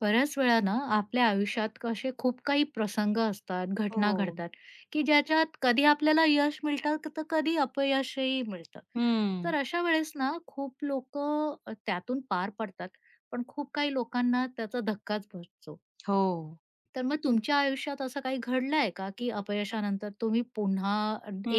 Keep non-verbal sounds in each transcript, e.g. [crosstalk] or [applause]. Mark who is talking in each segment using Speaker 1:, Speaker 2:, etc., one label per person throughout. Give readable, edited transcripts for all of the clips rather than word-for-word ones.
Speaker 1: बऱ्याच वेळा ना आपल्या आयुष्यात असे खूप काही प्रसंग असतात, घटना
Speaker 2: हो.
Speaker 1: घडतात, की ज्याच्यात कधी आपल्याला यश मिळतं, तर कधी अपयशही मिळतं.
Speaker 2: हं.
Speaker 1: तर अशा वेळेस ना खूप लोकं त्यातून पार पडतात, पण खूप काही लोकांना त्याचा धक्काच बसतो.
Speaker 2: हो.
Speaker 1: तर मग तुमच्या आयुष्यात असं काही घडलं आहे का, की अपयशानंतर तुम्ही पुन्हा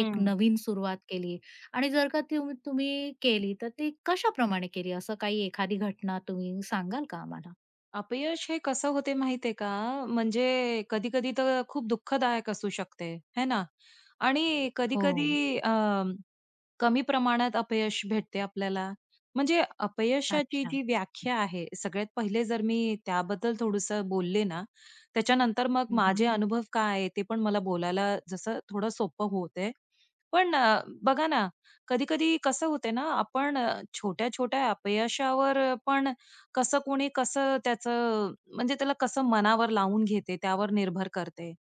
Speaker 1: एक नवीन सुरुवात केली आणि जर का तुम्ही केली, तर ती कशाप्रमाणे केली? असं काही एखादी घटना तुम्ही सांगाल का आम्हाला?
Speaker 2: अपयश हे कसं होते माहितीये का? म्हणजे कधी-कधी तर खूप दुःखदायक असू शकते, है ना? आणि
Speaker 1: हो.
Speaker 2: कधी-कधी अ कमी प्रमाणात अपयश भेटते आपल्याला. म्हणजे अपयशाची
Speaker 1: अच्छा.
Speaker 2: जी व्याख्या आहे, सगळ्यात पहिले जर मी त्याबद्दल थोडंसं बोलले ना, त्याच्यानंतर मग
Speaker 1: हं,
Speaker 2: माझे अनुभव काय आहे ते पण मला बोलायला जसं थोडं सोपं होतंय. पण बघा ना, कधी-कधी कसं होते ना, आपण छोट्या-छोट्या अपयशावर पण कोणी कसं त्याचं म्हणजे त्याला कसं मनावर लावून घेते, त्यावर निर्भर करते.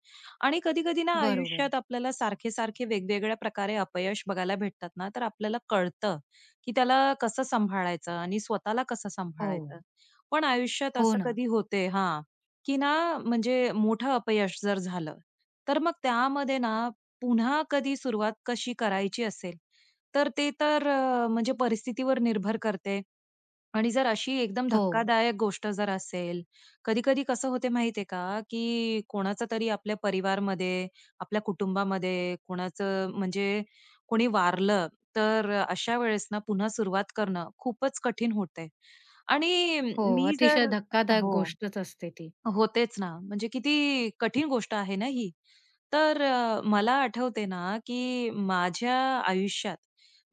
Speaker 2: आणि कधी-कधी ना
Speaker 1: बरोबर.
Speaker 2: आयुष्यात आपल्याला सारखे-सारखे वेगवेगळ्या प्रकारे अपयश बघायला भेटतात ना, तर आपल्याला कळतं, की त्याला कसं सांभाळायचं आणि स्वतःला कसं
Speaker 1: हो.
Speaker 2: सांभाळायचं. पण आयुष्यात
Speaker 1: हो
Speaker 2: असं
Speaker 1: ना.
Speaker 2: कधी होते हां, की ना म्हणजे मोठं अपयश जर झालं, तर मग त्यामध्ये ना पुन्हा कधी सुरुवात कशी करायची असेल, तर ते तर म्हणजे परिस्थितीवर निर्भर करते. आणि जर अशी एकदम
Speaker 1: हो.
Speaker 2: धक्कादायक गोष्ट जर असेल, कधी-कधी कसं होते माहिती आहे का, की कोणाचा तरी आपल्या परिवारमध्ये, आपल्या कुटुंबामध्ये कोणाचं म्हणजे कोणी वारलं, तर अशा वेळेस ना पुन्हा सुरुवात करणं खूपच कठीण होते. आणि
Speaker 1: हो.
Speaker 2: मी
Speaker 1: अतिशय
Speaker 2: जर
Speaker 1: धक्कादायक
Speaker 2: हो.
Speaker 1: गोष्टच असते ती.
Speaker 2: होतेच ना. म्हणजे किती कठीण गोष्ट आहे ना ही. तर मला आठवते ना, की माझ्या आयुष्यात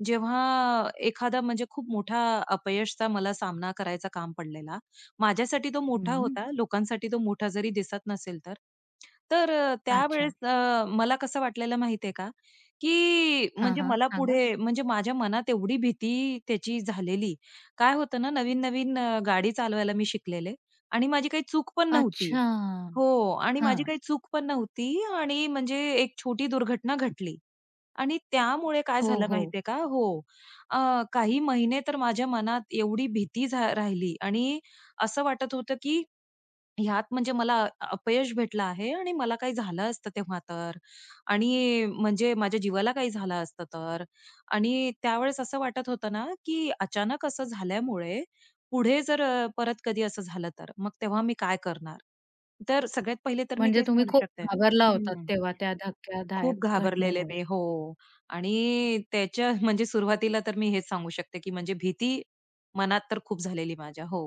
Speaker 2: जेव्हा एखादा म्हणजे खूप मोठा अपयशचा मला सामना करायचा काम पडलेला. माझ्यासाठी तो मोठा
Speaker 1: हं.
Speaker 2: होता, लोकांसाठी तो मोठा जरी दिसत नसेल तर. तर
Speaker 1: अच्छा.
Speaker 2: त्यावेळेस मला कसं वाटलेलं माहिती का, की
Speaker 1: हां,
Speaker 2: म्हणजे
Speaker 1: हां.
Speaker 2: मला
Speaker 1: सांगा.
Speaker 2: पुढे म्हणजे माझ्या मनात एवढी भीती त्याची झालेली. काय होतं ना, नवीन-नवीन गाडी चालवायला मी शिकलेले. आणि माझी काही चूक पण नव्हती.
Speaker 1: अच्छा!
Speaker 2: हो. आणि माझी
Speaker 1: हां.
Speaker 2: काही चूक पण नव्हती आणि म्हणजे एक छोटी दुर्घटना घडली. आणि त्यामुळे काय
Speaker 1: हो,
Speaker 2: झालं
Speaker 1: हो.
Speaker 2: माहितीये का हो. अ, काही महिने तर माझ्या मनात एवढी भीती राहिली आणि असं वाटत होतं की ह्यात म्हणजे मला अपयश भेटलं आहे आणि मला काही झालं असतं तेव्हा तर आणि म्हणजे माझ्या जीवाला काही झालं असतं तर आणि त्यावेळेस असं वाटत होतं ना, की अचानक असं झाल्यामुळे पुढे जर परत कधी असं झालं तर, मग तेव्हा मी काय करणार? तर सगळ्यात पहिले तर मी
Speaker 1: म्हणजे
Speaker 2: तेच
Speaker 1: तुम्ही
Speaker 2: म्हणू
Speaker 1: खूप
Speaker 2: शकते.
Speaker 1: घाबरला होतात
Speaker 2: हं.
Speaker 1: तेव्हा त्या धक्कादायक
Speaker 2: खूप घाबरलेले मी
Speaker 1: घटनेमुळे.
Speaker 2: हो. आणि त्याच्या [laughs] म्हणजे सुरुवातीला तर मी हेच सांगू शकते, की म्हणजे भीती मनात तर खूप झालेली माझ्या. हो.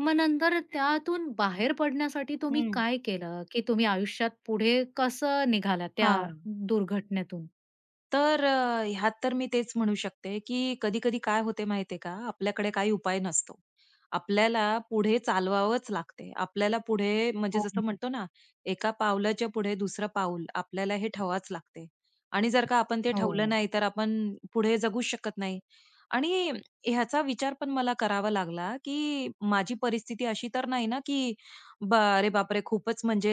Speaker 1: मग नंतर त्यातून बाहेर पडण्यासाठी तुम्ही
Speaker 2: हं.
Speaker 1: काय केलं? की तुम्ही आयुष्यात पुढे कसं निघालात त्या
Speaker 2: हां.
Speaker 1: दुर्घटनेतून?
Speaker 2: तर ह्यात तर मी तेच म्हणू शकते, की कधी-कधी काय होते माहितीये का, आपल्याकडे काही उपाय नसतो. आपल्याला पुढे चालवावंच लागते. आपल्याला पुढे म्हणजे
Speaker 1: हो.
Speaker 2: जसं म्हणतो ना, एका पावलाच्या पुढे दुसरं पाऊल आपल्याला हे ठेवावंच लागते. आणि जर का आपण ते ठेवलं
Speaker 1: हो.
Speaker 2: नाही, तर आपण पुढे जगूच शकत नाही. आणि ह्याचा विचार पण मला करावा लागला, की माझी परिस्थिती अशी तर नाही ना, की अरे बापरे! खूपच म्हणजे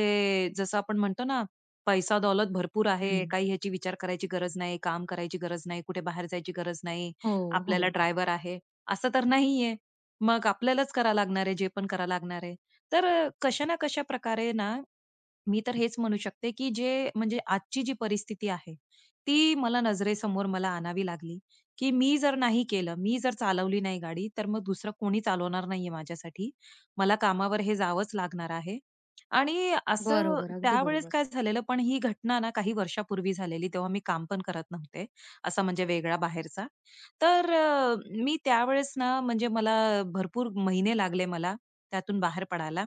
Speaker 2: जसं आपण म्हणतो ना, पैसा-दौलत भरपूर आहे.
Speaker 1: हं.
Speaker 2: काही ह्याची विचार करायची गरज नाही, काम करायची गरज नाही, कुठे बाहेर जायची गरज नाही.
Speaker 1: हो, हो.
Speaker 2: आपल्याला ड्रायव्हर आहे, असं तर नाहीये. मग आपल्यालाच करावं लागणार आहे, जे पण करावं लागणार आहे. तर कशा ना कशा प्रकारे ना मी तर हेच म्हणू शकते, की जे म्हणजे आजची जी परिस्थिती आहे, ती मला नजरेसमोर आणावी लागली, की मी जर नाही केलं, मी जर चालवली नाही गाडी, तर मग दुसरं कोणी चालवणार नाहीये माझ्यासाठी. मला कामावर हे जावंच लागणार आहे. आणि असं
Speaker 1: बरोबर. अगदी
Speaker 2: त्यावेळेस
Speaker 1: बरोबर.
Speaker 2: काय झालेलं, पण ही घटना ना काही वर्षापूर्वी झालेली. तेव्हा मी काम पण करत नव्हते, असा म्हणजे वेगळा बाहेरचा. तर मी त्यावेळेस ना म्हणजे मला भरपूर महिने लागले त्यातून बाहेर पडायला.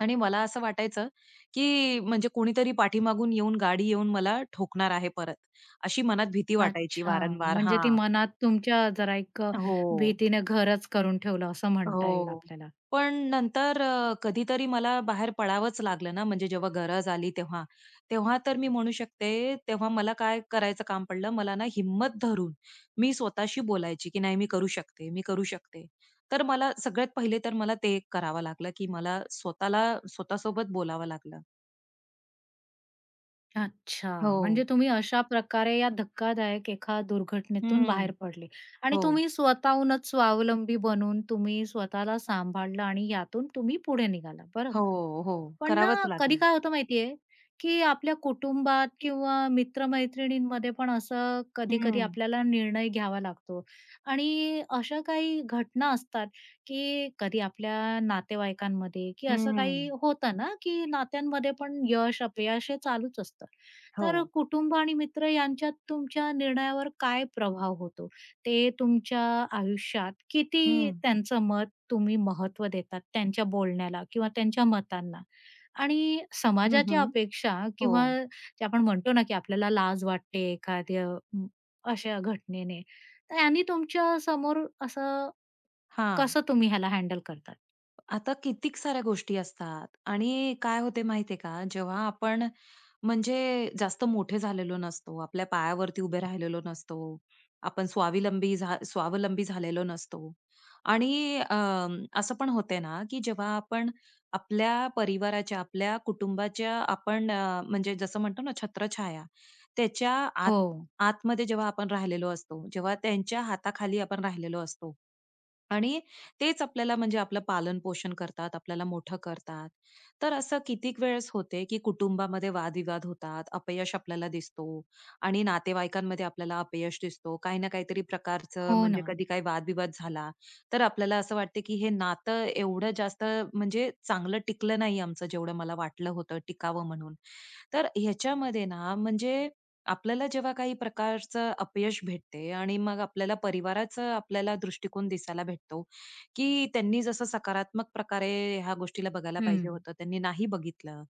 Speaker 2: आणि मला असं वाटायचं, की म्हणजे कोणीतरी पाठीमागून येऊन, गाडी येऊन मला ठोकणार आहे परत, अशी मनात भीती वाटायची
Speaker 1: अच्छा.
Speaker 2: वारंवार
Speaker 1: म्हणजे ती
Speaker 2: हां.
Speaker 1: मनात तुमच्या जरा एक
Speaker 2: हो.
Speaker 1: भीतीने घरच करून ठेवलं असं म्हणता येईल
Speaker 2: हो.
Speaker 1: आपल्याला.
Speaker 2: पण नंतर कधीतरी मला बाहेर पडावंच लागलं ना, म्हणजे जेव्हा गरज आली तेव्हा. तेव्हा तर मी म्हणू शकते, तेव्हा मला काय करायचं काम पडलं, मला ना हिम्मत धरून मी स्वतःशी बोलायची, की "नाही, मी करू शकते." तर मला सगळ्यात पहिले तर मला ते करावं लागलं, की मला स्वतःला स्वतःसोबत बोलावं लागलं.
Speaker 1: अच्छा.
Speaker 2: हो.
Speaker 1: म्हणजे तुम्ही अशा प्रकारे या धक्कादायक एका दुर्घटनेतून बाहेर
Speaker 2: हं.
Speaker 1: पडले आणि
Speaker 2: हो,
Speaker 1: तुम्ही स्वतःहूनच स्वावलंबी बनून तुम्ही स्वतःला सांभाळलं आणि यातून तुम्ही पुढे निघाला. बरं.
Speaker 2: हो, हो.
Speaker 1: पण
Speaker 2: करावंच
Speaker 1: ना, कधी
Speaker 2: लागलं.
Speaker 1: काय होतं माहितीये, की आपल्या कुटुंबात किंवा मित्रमैत्रिणींमध्ये पण असं कधी-कधी
Speaker 2: हं,
Speaker 1: आपल्याला निर्णय घ्यावा लागतो आणि अशा काही घटना असतात, की कधी आपल्या नातेवाईकांमध्ये, की असं
Speaker 2: हं.
Speaker 1: काही होतं ना, की नात्यांमध्ये पण यश-अपयश हे चालूच असतं.
Speaker 2: हो.
Speaker 1: तर कुटुंब आणि मित्र यांच्यात तुमच्या निर्णयावर काय प्रभाव होतो? ते तुमच्या आयुष्यात किती
Speaker 2: हं.
Speaker 1: त्यांचं मत तुम्ही महत्त्व देतात त्यांच्या बोलण्याला किंवा त्यांच्या मतांना? आणि
Speaker 2: हं, हं.
Speaker 1: समाजाच्या अपेक्षा
Speaker 2: हो.
Speaker 1: किंवा जे आपण म्हणतो ना, की आपल्याला लाज वाटते एखाद्या अशा घटनेने, तर यानी तुमच्या समोर असं
Speaker 2: हां.
Speaker 1: कसं तुम्ही ह्याला हँडल करतात?
Speaker 2: आता कितीक साऱ्या गोष्टी असतात आणि काय होते माहितीये का, जेव्हा आपण म्हणजे जास्त मोठे झालेलो नसतो, आपल्या पायावरती उभे राहिलेलो नसतो, आपण स्वावलंबी झालेलो नसतो आणि असं पण होते ना, की जेव्हा आपण आपल्या परिवाराच्या, आपल्या कुटुंबाच्या आपण म्हणजे जसं म्हणतो ना छत्रछाया, त्याच्या आत
Speaker 1: हो,
Speaker 2: आतमध्ये जेव्हा आपण राहिलेलो असतो, जेव्हा त्यांच्या हाताखाली आपण राहिलेलो असतो, आणि तेच आपल्याला म्हणजे आपलं पालन-पोषण करतात, आपल्याला मोठं करतात. तर असं कितीक वेळेस होते, की कुटुंबामध्ये वादविवाद होतात, अपयश आपल्याला दिसतो आणि नातेवाईकांमध्ये आपल्याला अपयश दिसतो. काही ना काहीतरी प्रकारचं
Speaker 1: हो
Speaker 2: म्हणजे
Speaker 1: ना.
Speaker 2: कधी काही वादविवाद झाला, तर आपल्याला असं वाटतं, की हे नातं एवढं जास्त म्हणजे चांगलं टिकलं नाही आमचं, जेवढं मला वाटलं होतं टिकावं म्हणून. तर ह्याच्यामध्ये ना म्हणजे आपल्याला जेव्हा काही प्रकारचं अपयश भेटते आणि मग आपल्याला परिवाराचं आपल्याला दृष्टिकोन दिसायला भेटतो, की त्यांनी जसं सकारात्मक प्रकारे ह्या गोष्टीला बघायला
Speaker 1: हं,
Speaker 2: पाहिजे होतं, त्यांनी नाही बघितलं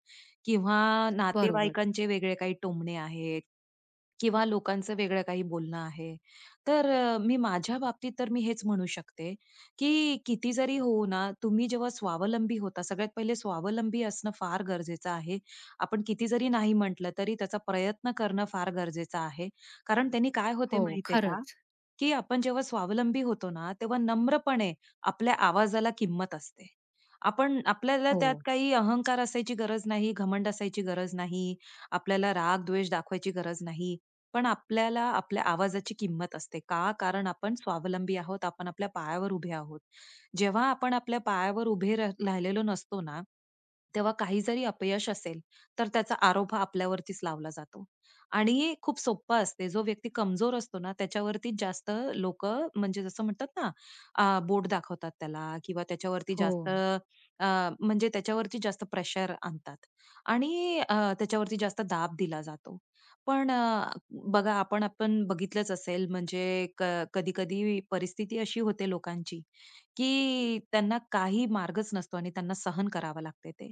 Speaker 2: किंवा
Speaker 1: बरोबर.
Speaker 2: नातेवाईकांचे वेगळे काही टोमणे आहेत किंवा लोकांचं वेगळं काही बोलणं आहे. तर मी माझ्या बाबतीत तर मी हेच म्हणू शकते, की किती जरी हो ना, तुम्ही जेव्हा स्वावलंबी होता, सगळ्यात पहिले स्वावलंबी असणं फार गरजेचं आहे. आपण किती जरी नाही म्हटलं, तरी त्याचा प्रयत्न करणं फार गरजेचं आहे. कारण त्यांनी काय होते
Speaker 1: हो,
Speaker 2: माहिती का
Speaker 1: खरंच.
Speaker 2: की आपण जेव्हा स्वावलंबी होतो ना, तेव्हा नम्रपणे आपल्या आवाजाला किंमत असते. आपण आपल्याला त्यात
Speaker 1: हो,
Speaker 2: काही अहंकार असायची गरज नाही, घमंड असायची गरज नाही, आपल्याला राग, द्वेष दाखवायची गरज नाही. पण आपल्याला आपल्या आवाजाची किंमत असते. का? कारण आपण स्वावलंबी आहोत, आपण आपल्या पायावर उभे आहोत. जेव्हा आपण आपल्या पायावर उभे राहिलेलो नसतो ना, तेव्हा काही जरी अपयश असेल, तर त्याचा आरोप हा आपल्यावरतीच लावला जातो. आणि खूप सोप्पं असते. जो व्यक्ती कमजोर असतो ना, त्याच्यावरती जास्त लोकं म्हणजे जसं म्हणतात ना, बोट दाखवतात त्याला किंवा त्याच्यावरती
Speaker 1: हो.
Speaker 2: जास्त अ, म्हणजे त्याच्यावरती जास्त प्रेशर आणतात आणि त्याच्यावरती जास्त दाब दिला जातो. पण बघा आपण आपण बघितलंच असेल म्हणजे कधी-कधी परिस्थिती अशी होते लोकांची, की त्यांना काही मार्गच नसतो आणि त्यांना सहन करावं लागते ते.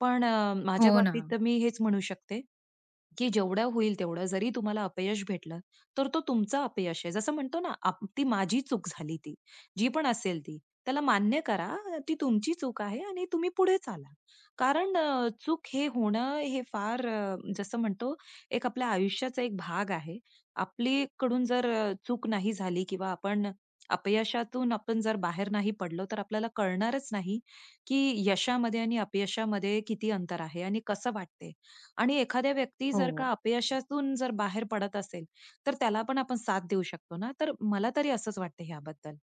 Speaker 2: पण
Speaker 1: हो
Speaker 2: माझ्या
Speaker 1: ना.
Speaker 2: बाबतीत तर मी हेच म्हणू शकते, की जेवढं होईल तेवढं जरी तुम्हाला अपयश भेटलं, तर तो तुमचं अपयश आहे. जसं म्हणतो ना, ती माझी चूक झाली ती. जी पण असेल ती. त्याला मान्य करा, ती तुमची चूक आहे आणि तुम्ही पुढे चाला. कारण चूक हे होणं हे फार जसं म्हणतो आपल्या आयुष्याचा एक भाग आहे. आपलीकडून जर चूक नाही झाली किंवा आपण अपयशातून जर बाहेर नाही पडलो, तर आपल्याला कळणारच नाही, की यशामध्ये आणि अपयशामध्ये किती अंतर आहे आणि कसं वाटते. आणि एखाद्या व्यक्ती जर का
Speaker 1: हो.
Speaker 2: अपयशातून जर बाहेर पडत असेल, तर त्याला पण आपण साथ देऊ शकतो ना. तर मला तरी असंच वाटतं ह्याबद्दल.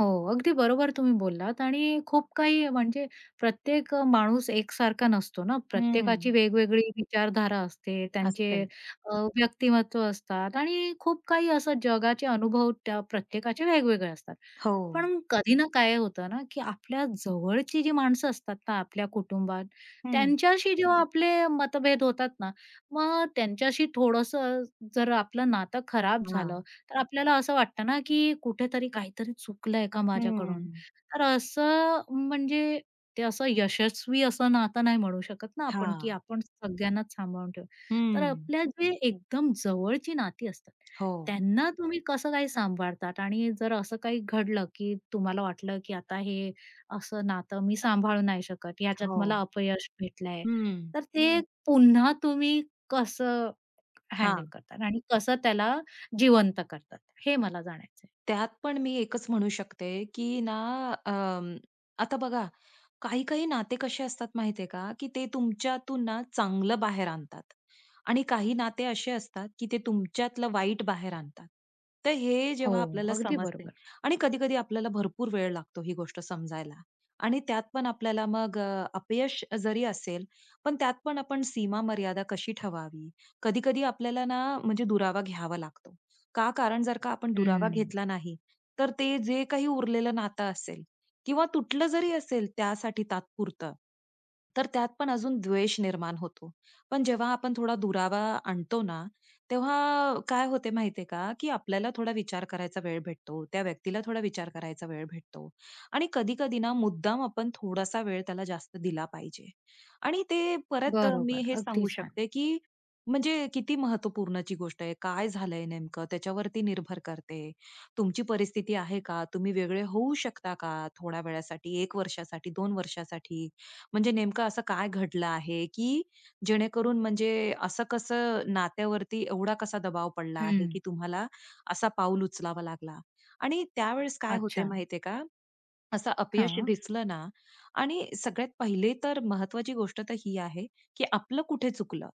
Speaker 1: हो, अगदी बरोबर तुम्ही बोललात आणि खूप काही म्हणजे प्रत्येक माणूस एकसारखा नसतो ना.
Speaker 2: हं.
Speaker 1: प्रत्येकाची वेगवेगळी विचारधारा असते, त्यांचे
Speaker 2: असते.
Speaker 1: व्यक्तिमत्व असतात आणि खूप काही असं जगाचे अनुभव त्या प्रत्येकाचे वेगवेगळे असतात.
Speaker 2: हो.
Speaker 1: पण कधी ना काय होतं ना, की आपल्या जवळची जी माणसं असतात ना आपल्या कुटुंबात,
Speaker 2: हं.
Speaker 1: त्यांच्याशी जेव्हा आपले मतभेद होतात ना, मग त्यांच्याशी थोडंसं जर आपलं नातं खराब
Speaker 2: हा,
Speaker 1: झालं तर आपल्याला असं वाटतं ना, की कुठेतरी काहीतरी चुकलंय का माझ्याकडून?
Speaker 2: हं.
Speaker 1: तर असं म्हणजे ते असं यशस्वी असं नातं नाही म्हणू शकत ना
Speaker 2: हा,
Speaker 1: आपण, की आपण सगळ्यांनाच सांभाळून ठेवू. तर
Speaker 2: हं.
Speaker 1: आपल्या जे एकदम जवळची नाती असतात,
Speaker 2: हो.
Speaker 1: त्यांना तुम्ही कसं काय सांभाळतात? आणि जर असं काही घडलं, की तुम्हाला वाटलं, की आता हे असं नातं मी सांभाळू नाही शकत, ह्याच्यात
Speaker 2: हो.
Speaker 1: मला अपयश भेटलंय,
Speaker 2: हं.
Speaker 1: तर ते पुन्हा तुम्ही कसं
Speaker 2: हा,
Speaker 1: हँडल करतात आणि कसं त्याला जिवंत करतात, हे मला जाणायचंय.
Speaker 2: त्यात पण मी एकच म्हणू शकते, की ना अं, आता बघा, काही-काही नाते कसे असतात माहिती आहे का, की ते तुमच्यातून ना चांगलं बाहेर आणतात आणि काही नाते असे असतात, की ते तुमच्यातलं वाईट बाहेर आणतात. तर हे
Speaker 1: हो,
Speaker 2: जेव्हा आपल्याला
Speaker 1: अगदी
Speaker 2: समजते
Speaker 1: बरोबर.
Speaker 2: आणि कधी-कधी आपल्याला भरपूर वेळ लागतो ही गोष्ट समजायला आणि त्यात पण आपल्याला मग अपयश जरी असेल, पण त्यात पण आपण सीमा मर्यादा कशी ठेवावी, कधी-कधी आपल्याला ना म्हणजे दुरावा घ्यावा लागतो. का? कारण जर का आपण दुरावा
Speaker 1: हं.
Speaker 2: घेतला नाही, तर ते जे काही उरलेलं नातं असेल किंवा तुटलं जरी असेल त्यासाठी तात्पुरतं, तर त्यात पण अजून द्वेष निर्माण होतो. पण जेव्हा आपण थोडा दुरावा आणतो ना, तेव्हा काय होते माहितीये का, की आपल्याला थोडा विचार करायचा वेळ भेटतो. त्या व्यक्तीला थोडा विचार करायचा वेळ भेटतो आणि कधी-कधी ना मुद्दाम आपण थोडासा वेळ त्याला जास्त दिला पाहिजे आणि ते परत मी
Speaker 1: बरोबर.
Speaker 2: हे सांगू
Speaker 1: अगदी छान.
Speaker 2: शकते, की म्हणजे किती महत्त्वपूर्णची गोष्ट आहे. काय झालंय नेमकं त्याच्यावरती निर्भर करते. तुमची परिस्थिती आहे का? तुम्ही वेगळे होऊ शकता का थोड्या वेळासाठी, 1 वर्षासाठी, 2 वर्षासाठी? म्हणजे नेमकं असं काय घडलं आहे, की जेणेकरून म्हणजे असं कसं नात्यावरती एवढा कसा दबाव पडला आहे, की
Speaker 1: हं.
Speaker 2: तुम्हाला असा पाऊल उचलावा लागला? आणि त्यावेळेस काय होते
Speaker 1: अच्छा.
Speaker 2: माहिती का? असं अपयश
Speaker 1: हां.
Speaker 2: दिसलं ना आणि सगळ्यात पहिले तर महत्वाची गोष्ट तर ही आहे, की आपलं कुठे चुकलं,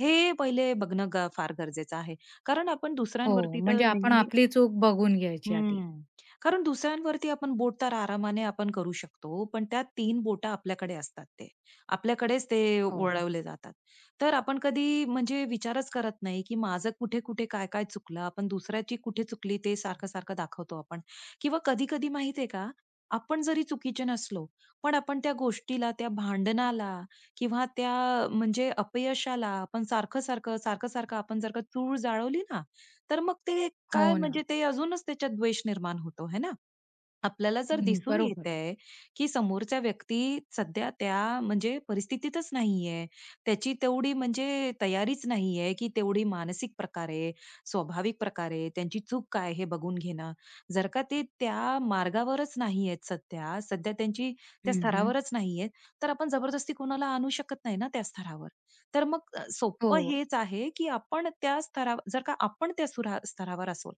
Speaker 2: हे पहिले बघणं फार गरजेचं आहे. कारण आपण
Speaker 1: हो,
Speaker 2: दुसऱ्यांवरती तर
Speaker 1: म्हणजे आपण
Speaker 2: नेहमी
Speaker 1: आपली चूक बघून घ्यायची आधी.
Speaker 2: हम्म. कारण दुसऱ्यांवरती आपण बोट तर आरामाने आपण करू शकतो, पण त्या 3 बोटं आपल्याकडे असतात ते. आपल्याकडेच ते
Speaker 1: हो.
Speaker 2: वळवले जातात. तर आपण कधी म्हणजे विचारच करत नाही, की माझं कुठे-कुठे, काय-काय चुकलं. आपण दुसऱ्याची कुठे चुकली ते सारखं-सारखं दाखवतो आपण. किंवा कधी-कधी माहिती का, आपण जरी चुकीचे नसलो, पण आपण त्या गोष्टीला, त्या भांडणाला किंवा त्या म्हणजे अपयशाला आपण सारखं-सारखं आपण जर का चूळ जाळवली ना, तर मग ते काय
Speaker 1: हो ना.
Speaker 2: म्हणजे ते अजूनच त्याच्यात द्वेष निर्माण होतो, है ना? आपल्याला जर
Speaker 1: हं,
Speaker 2: दिसून
Speaker 1: बरोबर.
Speaker 2: येतंय, की समोरच्या व्यक्ती सध्या त्या म्हणजे परिस्थितीतच नाहीये. त्याची तेवढी म्हणजे तयारीच नाहीये, की तेवढी मानसिक प्रकारे, स्वाभाविक प्रकारे त्यांची चूक काय हे बघून घेणं. जर का ते त्या मार्गावरच नाहीयेत सध्या, सध्या त्यांची त्या
Speaker 1: हं, हं.
Speaker 2: स्तरावरच नाहीयेत, तर आपण जबरदस्ती कोणाला आणू शकत नाही ना त्या स्तरावर. तर मग सोपं
Speaker 1: हो.
Speaker 2: हेच आहे, की आपण त्या स्तरावर जर का आपण त्या स्तरावर असू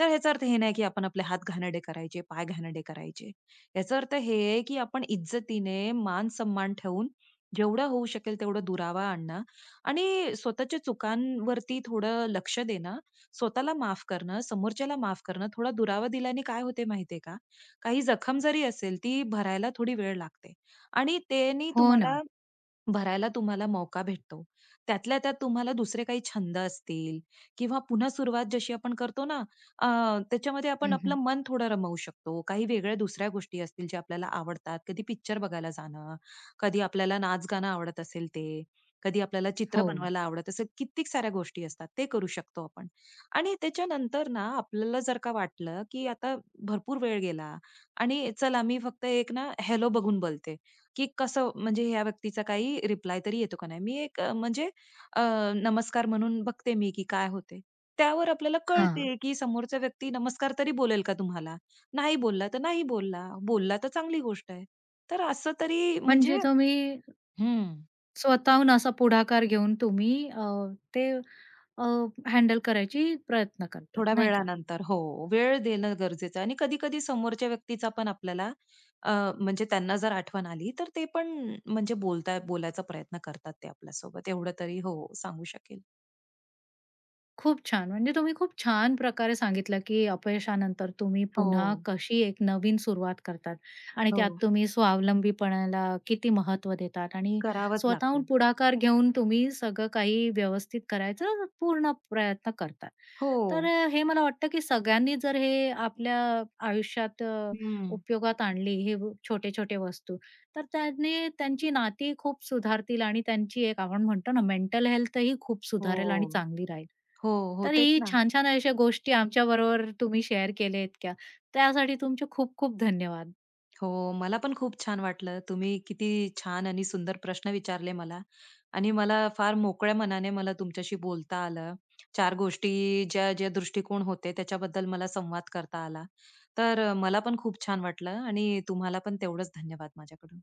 Speaker 2: तर ह्याचा अर्थ हे नाही की आपण आपले हात घाणेरडे करायचे, पाय घाणेरडे करायचे. याचा अर्थ हे आहे की आपण इज्जतीने मान-सन्मान ठेवून जेवढं होऊ शकेल तेवढा दुरावा आणणं आणि स्वतःच्या चुकांवरती थोडं लक्ष देणं, स्वतःला माफ करणं, समोरच्याला माफ करणं. थोडा दुरावा दिल्याने काय होते माहितीये का? काही जखम जरी असेल ती भरायला थोडी वेळ लागते आणि त्यानी
Speaker 1: हो ना.
Speaker 2: तुम्हाला तुम्हाला मौका भेटतो. त्यातल्या त्यात तुम्हाला दुसरे काही छंद असतील किंवा पुन्हा सुरुवात जशी आपण करतो ना, अ, त्याच्यामध्ये आपण
Speaker 1: हं,
Speaker 2: आपलं
Speaker 1: हं.
Speaker 2: मन थोडं रमवू शकतो. काही वेगळ्या दुसऱ्या गोष्टी असतील ज्या आपल्याला आवडतात. कधी पिक्चर बघायला जाणं, कधी आपल्याला नाच-गाणं आवडत असेल ते, कधी आपल्याला चित्र
Speaker 1: हो.
Speaker 2: बनवायला आवडत असेल, कित्येक साऱ्या गोष्टी असतात. ते करू शकतो आपण. आणि त्याच्यानंतर ना, आपल्याला जर का वाटलं, की आता भरपूर वेळ गेला आणि चला मी फक्त एक ना, हॅलो बघून बोलते. की कसं म्हणजे ह्या व्यक्तीचा काही रिप्लाय तरी येतो का नाही. मी एक म्हणजे अ, नमस्कार म्हणून बघते मी की काय होते. त्यावर आपल्याला
Speaker 1: हां.
Speaker 2: कळते की समोरचा व्यक्ती नमस्कार तरी बोलेल का तुम्हाला? नाही बोलला तर नाही बोलला. बोलला तर चांगली गोष्ट आहे. तर असं तरी
Speaker 1: म्हणजे
Speaker 2: म्हणजे
Speaker 1: तुम्ही
Speaker 2: हं,
Speaker 1: स्वतःहून असा पुढाकार घेऊन तुम्ही ते अ, हँडल करायची प्रयत्न करतात,
Speaker 2: थोड्या
Speaker 1: नाही का?
Speaker 2: वेळानंतर हो, वेळ देणं गरजेचं आहे आणि कधी-कधी समोरच्या व्यक्तीचा पण आपल्याला अ, म्हणजे त्यांना जर आठवण आली, तर ते पण म्हणजे बोलायचा प्रयत्न करतात ते आपल्यासोबत. एवढं तरी हो, सांगू शकेल.
Speaker 1: खूप छान. म्हणजे तुम्ही खूप छान प्रकारे सांगितलं, की अपयशानंतर तुम्ही पुन्हा
Speaker 2: हो,
Speaker 1: कशी एक नवीन सुरुवात करतात आणि त्यात
Speaker 2: हो.
Speaker 1: तुम्ही स्वावलंबीपणाला किती महत्त्व देतात आणि
Speaker 2: करावंच
Speaker 1: स्वतःहून
Speaker 2: लागतंय.
Speaker 1: पुढाकार घेऊन तुम्ही सगळं काही व्यवस्थित करायचा पूर्ण प्रयत्न करतात.
Speaker 2: हो.
Speaker 1: तर हे मला वाटतं, की सगळ्यांनी जर हे आपल्या आयुष्यात
Speaker 2: हं.
Speaker 1: उपयोगात आणली हे छोटे-छोटे वस्तू, तर त्याने त्यांची नाती खूप सुधारतील आणि त्यांची एक आपण म्हणतो ना मेंटल हेल्थही खूप
Speaker 2: हो.
Speaker 1: सुधारेल आणि चांगली राहील.
Speaker 2: हो, हो.
Speaker 1: तर
Speaker 2: तेच
Speaker 1: ही
Speaker 2: ना.
Speaker 1: छान-छान अशा गोष्टी आमच्याबरोबर तुम्ही शेअर केल्या इतक्या, त्यासाठी तुमचे खूप-खूप धन्यवाद.
Speaker 2: हो, मला पण खूप छान वाटलं. तुम्ही किती छान आणि सुंदर प्रश्न विचारले मला आणि मला फार मोकळ्या मनाने मला तुमच्याशी बोलता आलं. चार गोष्टी ज्या, ज्या दृष्टिकोन होते त्याच्याबद्दल मला संवाद करता आला. तर मला पण खूप छान वाटलं आणि तुम्हाला पण तेवढंच धन्यवाद माझ्याकडून.